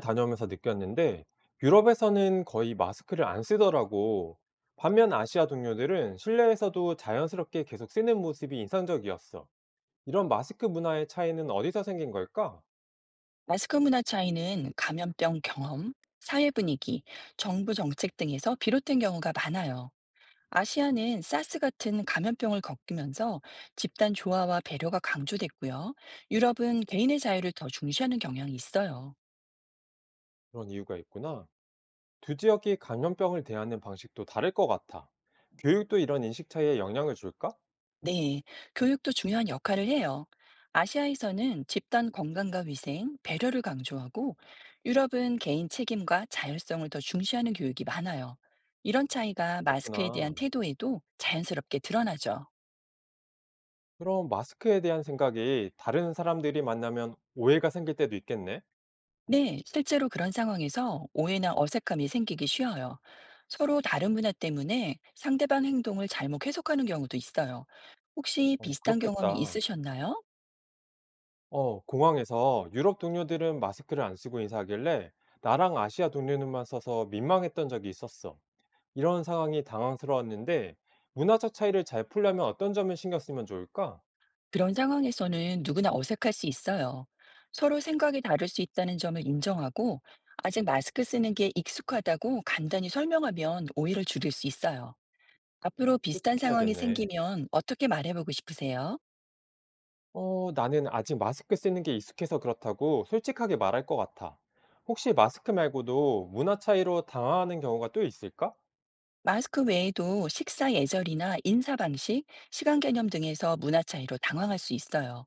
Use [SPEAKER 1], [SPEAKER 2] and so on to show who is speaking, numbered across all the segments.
[SPEAKER 1] 다녀오면서 느꼈는데 유럽에서는 거의 마스크를 안 쓰더라고. 반면 아시아 동료들은 실내에서도 자연스럽게 계속 쓰는 모습이 인상적이었어. 이런 마스크 문화의 차이는 어디서 생긴 걸까?
[SPEAKER 2] 마스크 문화 차이는 감염병 경험, 사회 분위기, 정부 정책 등에서 비롯된 경우가 많아요. 아시아는 사스 같은 감염병을 겪으면서 집단 조화와 배려가 강조됐고요. 유럽은 개인의 자유를 더 중시하는 경향이 있어요.
[SPEAKER 1] 그런 이유가 있구나. 두 지역이 감염병을 대하는 방식도 다를 것 같아. 교육도 이런 인식 차이에 영향을 줄까?
[SPEAKER 2] 네, 교육도 중요한 역할을 해요. 아시아에서는 집단 건강과 위생, 배려를 강조하고 유럽은 개인 책임과 자율성을 더 중시하는 교육이 많아요. 이런 차이가 마스크에 대한
[SPEAKER 1] 그렇구나.
[SPEAKER 2] 태도에도 자연스럽게 드러나죠.
[SPEAKER 1] 그럼 마스크에 대한 생각이 다른 사람들이 만나면 오해가 생길 때도 있겠네?
[SPEAKER 2] 네, 실제로 그런 상황에서 오해나 어색함이 생기기 쉬워요. 서로 다른 문화 때문에 상대방 행동을 잘못 해석하는 경우도 있어요. 혹시 비슷한 경험이
[SPEAKER 1] 그렇겠다.
[SPEAKER 2] 있으셨나요?
[SPEAKER 1] 공항에서 유럽 동료들은 마스크를 안 쓰고 인사하길래 나랑 아시아 동료들만 써서 민망했던 적이 있었어. 이런 상황이 당황스러웠는데 문화적 차이를 잘 풀려면 어떤 점을 신경 쓰면 좋을까?
[SPEAKER 2] 그런 상황에서는 누구나 어색할 수 있어요. 서로 생각이 다를 수 있다는 점을 인정하고, 아직 마스크 쓰는 게 익숙하다고 간단히 설명하면 오해를 줄일 수 있어요. 앞으로 비슷한 상황이
[SPEAKER 1] 솔직해야겠네.
[SPEAKER 2] 생기면 어떻게 말해보고 싶으세요?
[SPEAKER 1] 나는 아직 마스크 쓰는 게 익숙해서 그렇다고 솔직하게 말할 것 같아. 혹시 마스크 말고도 문화 차이로 당황하는 경우가 또 있을까?
[SPEAKER 2] 마스크 외에도 식사 예절이나 인사 방식, 시간 개념 등에서 문화 차이로 당황할 수 있어요.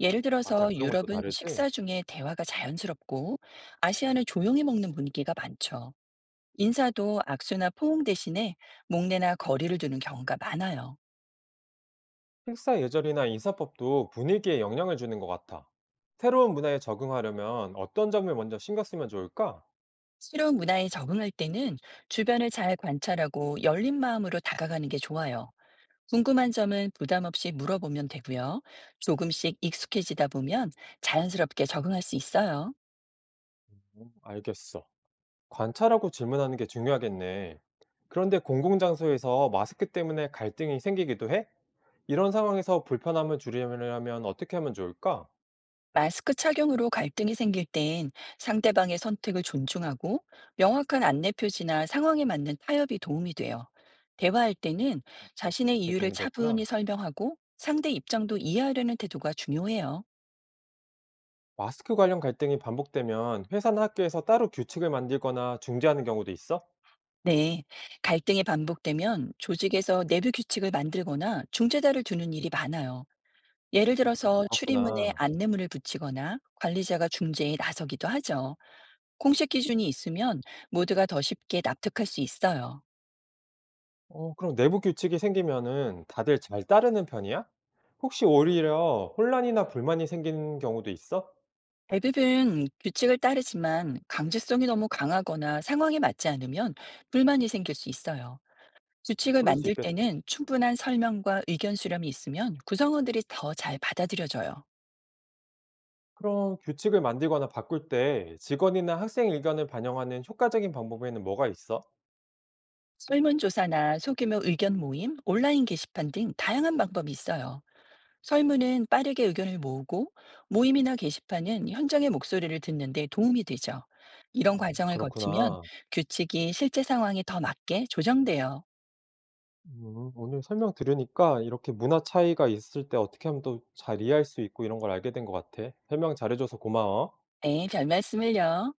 [SPEAKER 2] 예를
[SPEAKER 1] 맞아,
[SPEAKER 2] 들어서
[SPEAKER 1] 그런 것도
[SPEAKER 2] 유럽은
[SPEAKER 1] 다르지?
[SPEAKER 2] 식사 중에 대화가 자연스럽고 아시아는 조용히 먹는 분위기가 많죠. 인사도 악수나 포옹 대신에 목례나 거리를 두는 경우가 많아요.
[SPEAKER 1] 식사 예절이나 인사법도 분위기에 영향을 주는 것 같아. 새로운 문화에 적응하려면 어떤 점을 먼저 신경 쓰면 좋을까?
[SPEAKER 2] 새로운 문화에 적응할 때는 주변을 잘 관찰하고 열린 마음으로 다가가는 게 좋아요. 궁금한 점은 부담 없이 물어보면 되고요. 조금씩 익숙해지다 보면 자연스럽게 적응할 수 있어요.
[SPEAKER 1] 알겠어. 관찰하고 질문하는 게 중요하겠네. 그런데 공공장소에서 마스크 때문에 갈등이 생기기도 해? 이런 상황에서 불편함을 줄이려면 어떻게 하면 좋을까?
[SPEAKER 2] 마스크 착용으로 갈등이 생길 땐 상대방의 선택을 존중하고 명확한 안내 표지나 상황에 맞는 타협이 도움이 돼요. 대화할 때는 자신의
[SPEAKER 1] 그게
[SPEAKER 2] 이유를
[SPEAKER 1] 도움이
[SPEAKER 2] 차분히
[SPEAKER 1] 되구나.
[SPEAKER 2] 설명하고 상대 입장도 이해하려는 태도가 중요해요.
[SPEAKER 1] 마스크 관련 갈등이 반복되면 회사나 학교에서 따로 규칙을 만들거나 중재하는 경우도 있어?
[SPEAKER 2] 네. 갈등이 반복되면 조직에서 내부 규칙을 만들거나 중재자를 두는 일이 많아요. 예를
[SPEAKER 1] 음,
[SPEAKER 2] 들어서 출입문에
[SPEAKER 1] 그렇구나.
[SPEAKER 2] 안내문을 붙이거나 관리자가 중재에 나서기도 하죠. 공식 기준이 있으면 모두가 더 쉽게 납득할 수 있어요.
[SPEAKER 1] 그럼 내부 규칙이 생기면은 다들 잘 따르는 편이야? 혹시 오히려 혼란이나 불만이 생기는 경우도 있어?
[SPEAKER 2] 대부분 규칙을 따르지만 강제성이 너무 강하거나 상황에 맞지 않으면 불만이 생길 수 있어요. 규칙을
[SPEAKER 1] 그럴 수
[SPEAKER 2] 만들
[SPEAKER 1] 있겠다.
[SPEAKER 2] 때는 충분한 설명과 의견 수렴이 있으면 구성원들이 더 잘 받아들여져요.
[SPEAKER 1] 그럼 규칙을 만들거나 바꿀 때 직원이나 학생 의견을 반영하는 효과적인 방법에는 뭐가 있어?
[SPEAKER 2] 설문조사나 소규모 의견 모임, 온라인 게시판 등 다양한 방법이 있어요. 설문은 빠르게 의견을 모으고 모임이나 게시판은 현장의 목소리를 듣는데 도움이 되죠. 이런 과정을 거치면
[SPEAKER 1] 그렇구나.
[SPEAKER 2] 규칙이 실제 상황에 더 맞게 조정돼요.
[SPEAKER 1] 오늘 설명 들으니까 이렇게 문화 차이가 있을 때 어떻게 하면 또 잘 이해할 수 있고 이런 걸 알게 된 것 같아. 설명 잘해줘서 고마워.
[SPEAKER 2] 네, 별 말씀을요.